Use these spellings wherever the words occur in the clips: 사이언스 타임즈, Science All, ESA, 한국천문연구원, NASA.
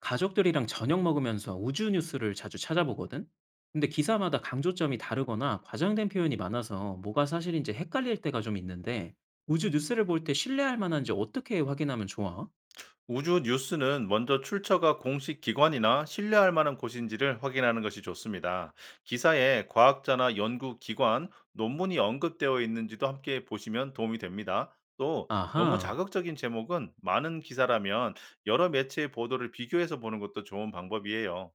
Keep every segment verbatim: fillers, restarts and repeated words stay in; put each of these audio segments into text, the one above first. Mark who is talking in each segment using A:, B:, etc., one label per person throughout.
A: 가족들이랑 저녁 먹으면서 우주 뉴스를 자주 찾아보거든? 근데 기사마다 강조점이 다르거나 과장된 표현이 많아서 뭐가 사실인지 헷갈릴 때가 좀 있는데, 우주 뉴스를 볼 때 신뢰할 만한지 어떻게 확인하면 좋아?
B: 우주 뉴스는 먼저 출처가 공식 기관이나 신뢰할 만한 곳인지를 확인하는 것이 좋습니다. 기사에 과학자나 연구 기관, 논문이 언급되어 있는지도 함께 보시면 도움이 됩니다. 또 너무
A: 아하,
B: 자극적인 제목은 많은 기사라면 여러 매체의 보도를 비교해서 보는 것도 좋은 방법이에요.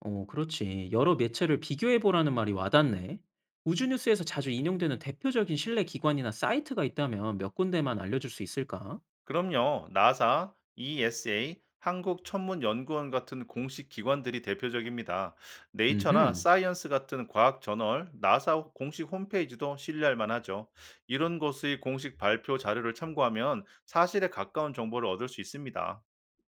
A: 어, 그렇지. 여러 매체를 비교해보라는 말이 와닿네. 우주 뉴스에서 자주 인용되는 대표적인 신뢰 기관이나 사이트가 있다면 몇 군데만 알려줄 수 있을까?
B: 그럼요. 나사, 이에스에이, 한국천문연구원 같은 공식 기관들이 대표적입니다. 네이처나
A: 음흠.
B: 사이언스 같은 과학 저널, 나사 공식 홈페이지도 신뢰할 만하죠. 이런 곳의 공식 발표 자료를 참고하면 사실에 가까운 정보를 얻을 수 있습니다.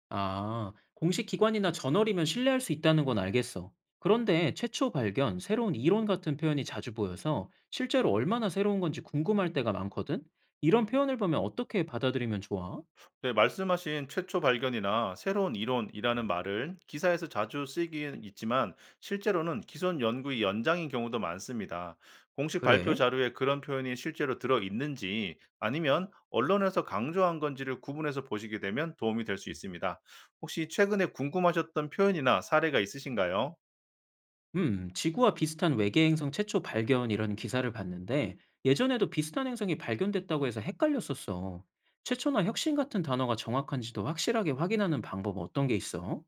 A: 아, 공식 기관이나 저널이면 신뢰할 수 있다는 건 알겠어. 그런데 최초 발견, 새로운 이론 같은 표현이 자주 보여서 실제로 얼마나 새로운 건지 궁금할 때가 많거든? 이런 표현을 보면 어떻게 받아들이면 좋아?
B: 네, 말씀하신 최초 발견이나 새로운 이론이라는 말을 기사에서 자주 쓰이긴 있지만 실제로는 기존 연구의 연장인 경우도 많습니다. 공식 발표
A: 그래?
B: 자료에 그런 표현이 실제로 들어 있는지 아니면 언론에서 강조한 건지를 구분해서 보시게 되면 도움이 될 수 있습니다. 혹시 최근에 궁금하셨던 표현이나 사례가 있으신가요?
A: 음, 지구와 비슷한 외계 행성 최초 발견 이런 기사를 봤는데 예전에도 비슷한 행성이 발견됐다고 해서 헷갈렸었어. 최초나 혁신 같은 단어가 정확한지도 확실하게 확인하는 방법 어떤 게 있어?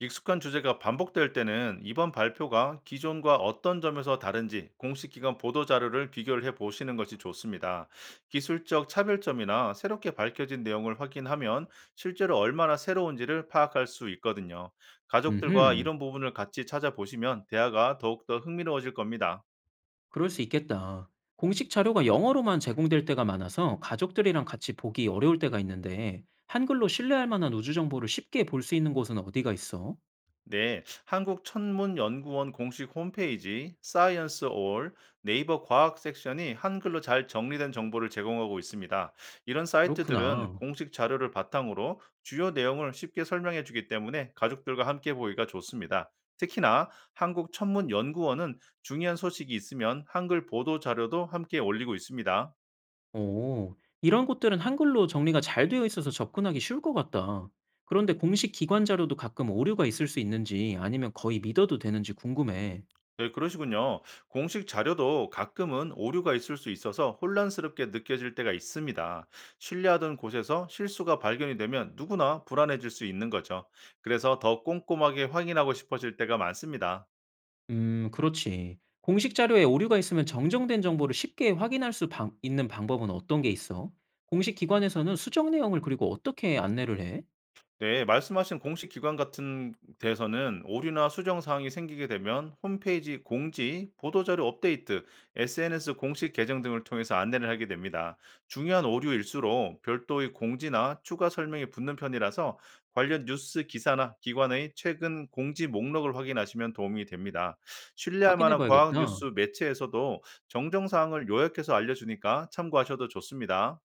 B: 익숙한 주제가 반복될 때는 이번 발표가 기존과 어떤 점에서 다른지 공식 기관 보도 자료를 비교를 해 보시는 것이 좋습니다. 기술적 차별점이나 새롭게 밝혀진 내용을 확인하면 실제로 얼마나 새로운지를 파악할 수 있거든요. 가족들과
A: 음흠.
B: 이런 부분을 같이 찾아보시면 대화가 더욱더 흥미로워질 겁니다.
A: 그럴 수 있겠다. 공식 자료가 영어로만 제공될 때가 많아서 가족들이랑 같이 보기 어려울 때가 있는데 한글로 신뢰할 만한 우주 정보를 쉽게 볼 수 있는 곳은 어디가 있어?
B: 네, 한국천문연구원 공식 홈페이지, 사이언스 올, 네이버 과학 섹션이 한글로 잘 정리된 정보를 제공하고 있습니다. 이런 사이트들은
A: 그렇구나.
B: 공식 자료를 바탕으로 주요 내용을 쉽게 설명해 주기 때문에 가족들과 함께 보기가 좋습니다. 특히나 한국천문연구원은 중요한 소식이 있으면 한글 보도 자료도 함께 올리고 있습니다.
A: 오, 이런 곳들은 한글로 정리가 잘 되어 있어서 접근하기 쉬울 것 같다. 그런데 공식 기관 자료도 가끔 오류가 있을 수 있는지 아니면 거의 믿어도 되는지 궁금해.
B: 네, 그러시군요. 공식 자료도 가끔은 오류가 있을 수 있어서 혼란스럽게 느껴질 때가 있습니다. 신뢰하던 곳에서 실수가 발견이 되면 누구나 불안해질 수 있는 거죠. 그래서 더 꼼꼼하게 확인하고 싶어질 때가 많습니다.
A: 음, 그렇지. 공식 자료에 오류가 있으면 정정된 정보를 쉽게 확인할 수 방 있는 방법은 어떤 게 있어? 공식 기관에서는 수정 내용을 그리고 어떻게 안내를 해?
B: 네. 말씀하신 공식 기관 같은 데서는 오류나 수정 사항이 생기게 되면 홈페이지 공지, 보도자료 업데이트, 에스엔에스 공식 계정 등을 통해서 안내를 하게 됩니다. 중요한 오류일수록 별도의 공지나 추가 설명이 붙는 편이라서 관련 뉴스 기사나 기관의 최근 공지 목록을 확인하시면 도움이 됩니다. 신뢰할
A: 확인해
B: 만한 과학
A: 봐야겠다.
B: 뉴스 매체에서도 정정 사항을 요약해서 알려주니까 참고하셔도 좋습니다.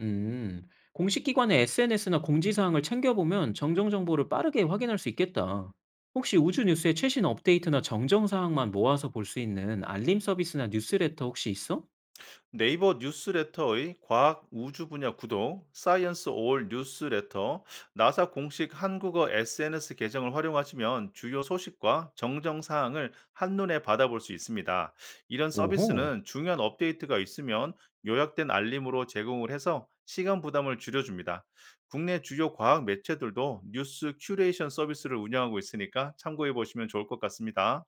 A: 음. 공식 기관의 에스엔에스나 공지사항을 챙겨보면 정정 정보를 빠르게 확인할 수 있겠다. 혹시 우주 뉴스의 최신 업데이트나 정정 사항만 모아서 볼 수 있는 알림 서비스나 뉴스레터 혹시 있어?
B: 네이버 뉴스레터의 과학 우주 분야 구독, 사이언스 올 뉴스레터, 나사 공식 한국어 에스엔에스 계정을 활용하시면 주요 소식과 정정 사항을 한눈에 받아볼 수 있습니다. 이런
A: 오호.
B: 서비스는 중요한 업데이트가 있으면 요약된 알림으로 제공을 해서 시간 부담을 줄여줍니다. 국내 주요 과학 매체들도 뉴스 큐레이션 서비스를 운영하고 있으니까 참고해 보시면 좋을 것 같습니다.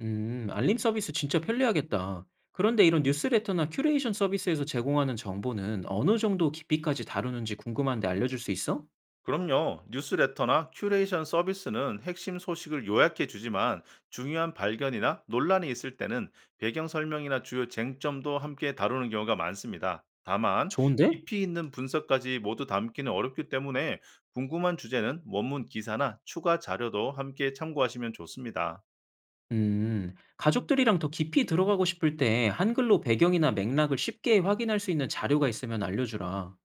A: 음, 알림 서비스 진짜 편리하겠다. 그런데 이런 뉴스레터나 큐레이션 서비스에서 제공하는 정보는 어느 정도 깊이까지 다루는지 궁금한데 알려줄 수 있어?
B: 그럼요. 뉴스레터나 큐레이션 서비스는 핵심 소식을 요약해 주지만 중요한 발견이나 논란이 있을 때는 배경 설명이나 주요 쟁점도 함께 다루는 경우가 많습니다. 다만
A: 좋은데?
B: 깊이 있는 분석까지 모두 담기는 어렵기 때문에 궁금한 주제는 원문 기사나 추가 자료도 함께 참고하시면 좋습니다.
A: 음, 가족들이랑 더 깊이 들어가고 싶을 때 한글로 배경이나 맥락을 쉽게 확인할 수 있는 자료가 있으면 알려주라.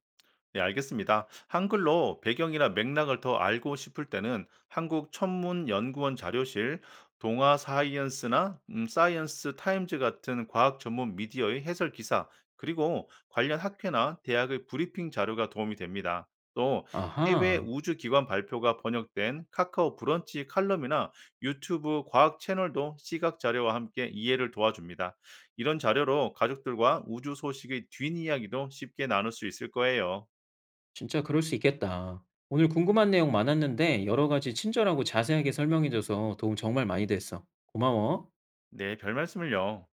B: 네, 알겠습니다. 한글로 배경이나 맥락을 더 알고 싶을 때는 한국 천문연구원 자료실, 동아 사이언스나 음, 사이언스 타임즈 같은 과학 전문 미디어의 해설 기사, 그리고 관련 학회나 대학의 브리핑 자료가 도움이 됩니다. 또 해외
A: 아하,
B: 우주기관 발표가 번역된 카카오 브런치 칼럼이나 유튜브 과학 채널도 시각 자료와 함께 이해를 도와줍니다. 이런 자료로 가족들과 우주 소식의 뒷이야기도 쉽게 나눌 수 있을 거예요.
A: 진짜 그럴 수 있겠다. 오늘 궁금한 내용 많았는데 여러 가지 친절하고 자세하게 설명해줘서 도움 정말 많이 됐어. 고마워.
B: 네, 별 말씀을요.